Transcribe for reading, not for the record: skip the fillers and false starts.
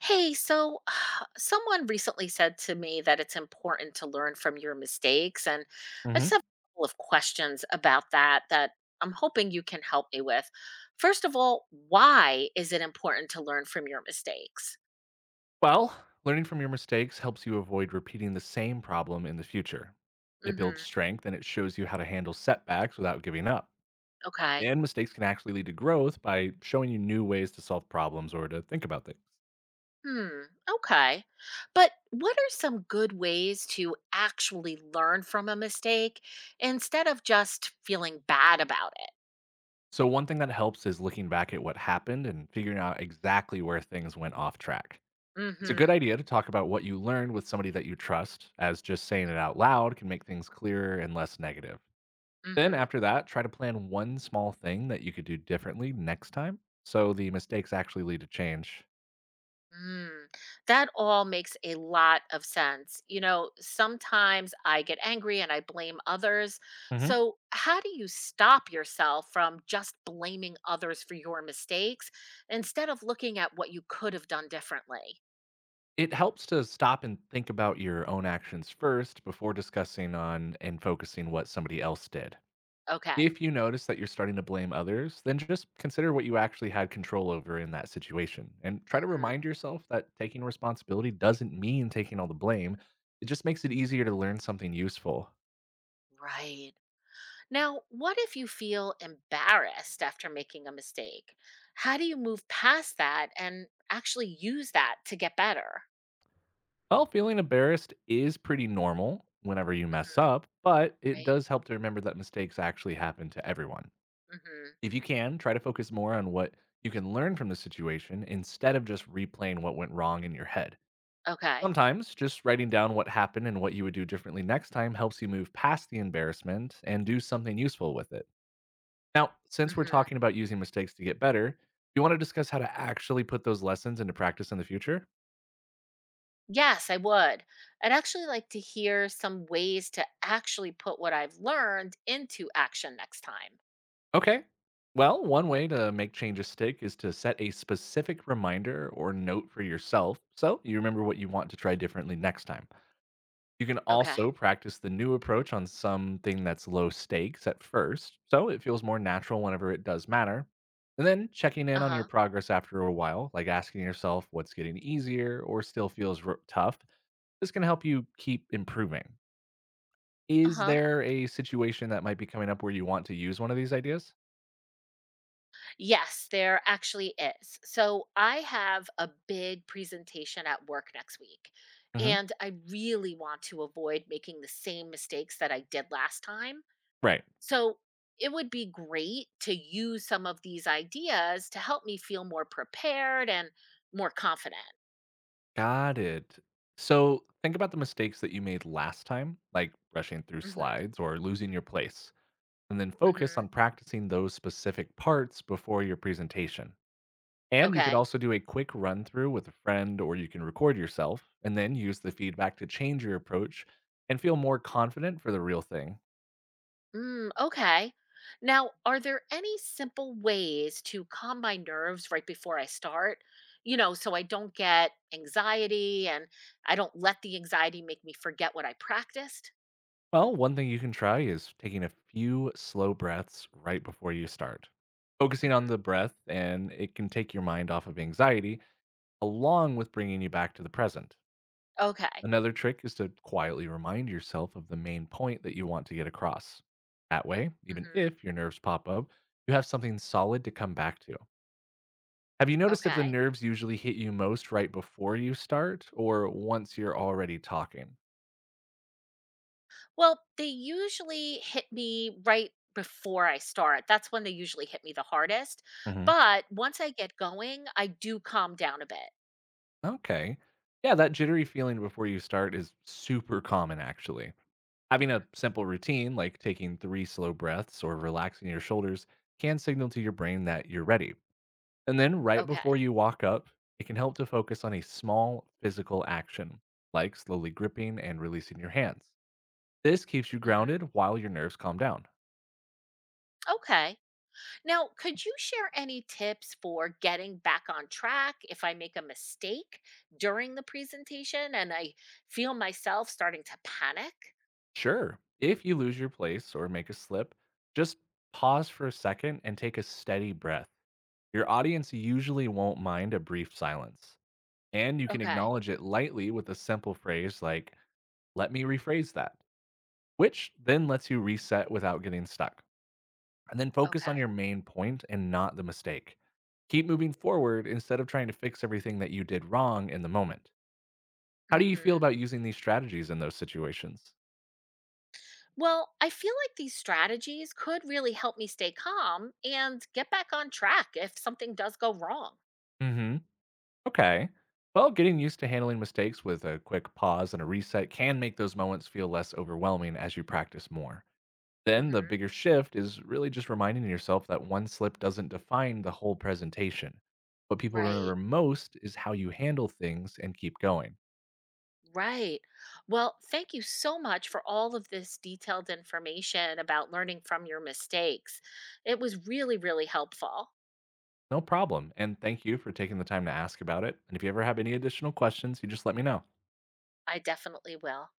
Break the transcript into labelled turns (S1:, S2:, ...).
S1: Hey, so someone recently said to me that it's important to learn from your mistakes. And I just
S2: Hmm.
S1: have a couple of questions about that that I'm hoping you can help me with. First of all, why is it important to learn from your mistakes?
S2: Well, learning from your mistakes helps you avoid repeating the same problem in the future. It builds
S1: Hmm.
S2: strength and it shows you how to handle setbacks without giving up.
S1: Okay.
S2: And mistakes can actually lead to growth by showing you new ways to solve problems or to think about things.
S1: Hmm. Okay. But what are some good ways to actually learn from a mistake instead of just feeling bad about it?
S2: So, one thing that helps is looking back at what happened and figuring out exactly where things went off track. It's a good
S1: Hmm.
S2: idea to talk about what you learned with somebody that you trust, as just saying it out loud can make things clearer and less negative. Then
S1: Hmm.
S2: after that, try to plan one small thing that you could do differently next time so the mistakes actually lead to change.
S1: Mm, that all makes a lot of sense. You know, sometimes I get angry and I blame others.
S2: Hmm.
S1: So, how do you stop yourself from just blaming others for your mistakes instead of looking at what you could have done differently?
S2: It helps to stop and think about your own actions first before discussing on and focusing what somebody else did.
S1: Okay.
S2: If you notice that you're starting to blame others, then just consider what you actually had control over in that situation and try to
S1: Hmm.
S2: remind yourself that taking responsibility doesn't mean taking all the blame. It just makes it easier to learn something useful.
S1: Right. Now, what if you feel embarrassed after making a mistake? How do you move past that and actually use that to get better?
S2: Well, feeling embarrassed is pretty normal whenever you mess
S1: Hmm.
S2: up, but it
S1: Right.
S2: does help to remember that mistakes actually happen to everyone.
S1: Hmm.
S2: If you can, try to focus more on what you can learn from the situation instead of just replaying what went wrong in your head.
S1: Okay.
S2: Sometimes just writing down what happened and what you would do differently next time helps you move past the embarrassment and do something useful with it. Now, since we're
S1: Hmm.
S2: talking about using mistakes to get better, do you want to discuss how to actually put those lessons into practice in the future?
S1: Yes, I would. I'd actually like to hear some ways to actually put what I've learned into action next time.
S2: Okay. Well, one way to make changes stick is to set a specific reminder or note for yourself so you remember what you want to try differently next time. You can
S1: Okay.
S2: also practice the new approach on something that's low stakes at first, so it feels more natural whenever it does matter. And then checking
S1: Uh
S2: in on your
S1: huh.
S2: progress after a while, like asking yourself what's getting easier or still feels tough, this can help you keep improving.
S1: Uh
S2: Is
S1: huh.
S2: there a situation that might be coming up where you want to use one of these ideas?
S1: Yes, there actually is. So I have a big presentation at work next week,
S2: Hmm.
S1: and I really want to avoid making the same mistakes that I did last time.
S2: Right.
S1: So it would be great to use some of these ideas to help me feel more prepared and more confident.
S2: Got it. So think about the mistakes that you made last time, like rushing through
S1: Mm-hmm.
S2: slides or losing your place, and then focus
S1: Mm-hmm.
S2: on practicing those specific parts before your presentation. And you could
S1: Okay.
S2: also do a quick run through with a friend, or you can record yourself and then use the feedback to change your approach and feel more confident for the real thing.
S1: Mm, okay. Now, are there any simple ways to calm my nerves right before I start? You know, so I don't get anxiety and I don't let the anxiety make me forget what I practiced?
S2: Well, one thing you can try is taking a few slow breaths right before you start. Focusing on
S1: Hmm.
S2: the breath, and it can take your mind off of anxiety along with bringing you back to the present.
S1: Okay.
S2: Another trick is to quietly remind yourself of the main point that you want to get across. That way, even
S1: Hmm.
S2: if your nerves pop up, you have something solid to come back to. Have you noticed if the
S1: Okay.
S2: nerves usually hit you most right before you start or once you're already talking?
S1: Well, they usually hit me right before I start. That's when they usually hit me the hardest.
S2: Hmm.
S1: But once I get going, I do calm down a bit.
S2: Okay. Yeah, that jittery feeling before you start is super common, actually. Having a
S1: Hmm.
S2: simple routine like taking three slow breaths or relaxing your shoulders can signal to your brain that you're ready. And then right before
S1: Okay.
S2: you walk up, it can help to focus on a small physical action, like slowly gripping and releasing your hands. This keeps you
S1: Hmm.
S2: grounded while your nerves calm down.
S1: Okay. Now, could you share any tips for getting back on track if I make a mistake during the presentation and I feel myself starting to panic?
S2: Sure, if you lose your place or make a slip, just pause for a second and take a steady breath. Your audience usually won't mind a brief silence, and you can
S1: Okay.
S2: acknowledge it lightly with a simple phrase like, "Let me rephrase that," which then lets you reset without getting stuck. And then focus on
S1: Okay.
S2: your main point and not the mistake. Keep moving forward instead of trying to fix everything that you did wrong in the moment. How do you feel
S1: Mhm.
S2: about using these strategies in those situations?
S1: Well, I feel like these strategies could really help me stay calm and get back on track if something does go wrong.
S2: Mhm. Okay. Well, getting used to handling mistakes with a quick pause and a reset can make those moments feel less overwhelming as you practice more. Then the
S1: Mhm.
S2: bigger shift is really just reminding yourself that one slip doesn't define the whole presentation. What people
S1: Right.
S2: remember most is how you handle things and keep going.
S1: Right. Well, thank you so much for all of this detailed information about learning from your mistakes. It was really, really helpful.
S2: No problem. And thank you for taking the time to ask about it. And if you ever have any additional questions, you just let me know.
S1: I definitely will.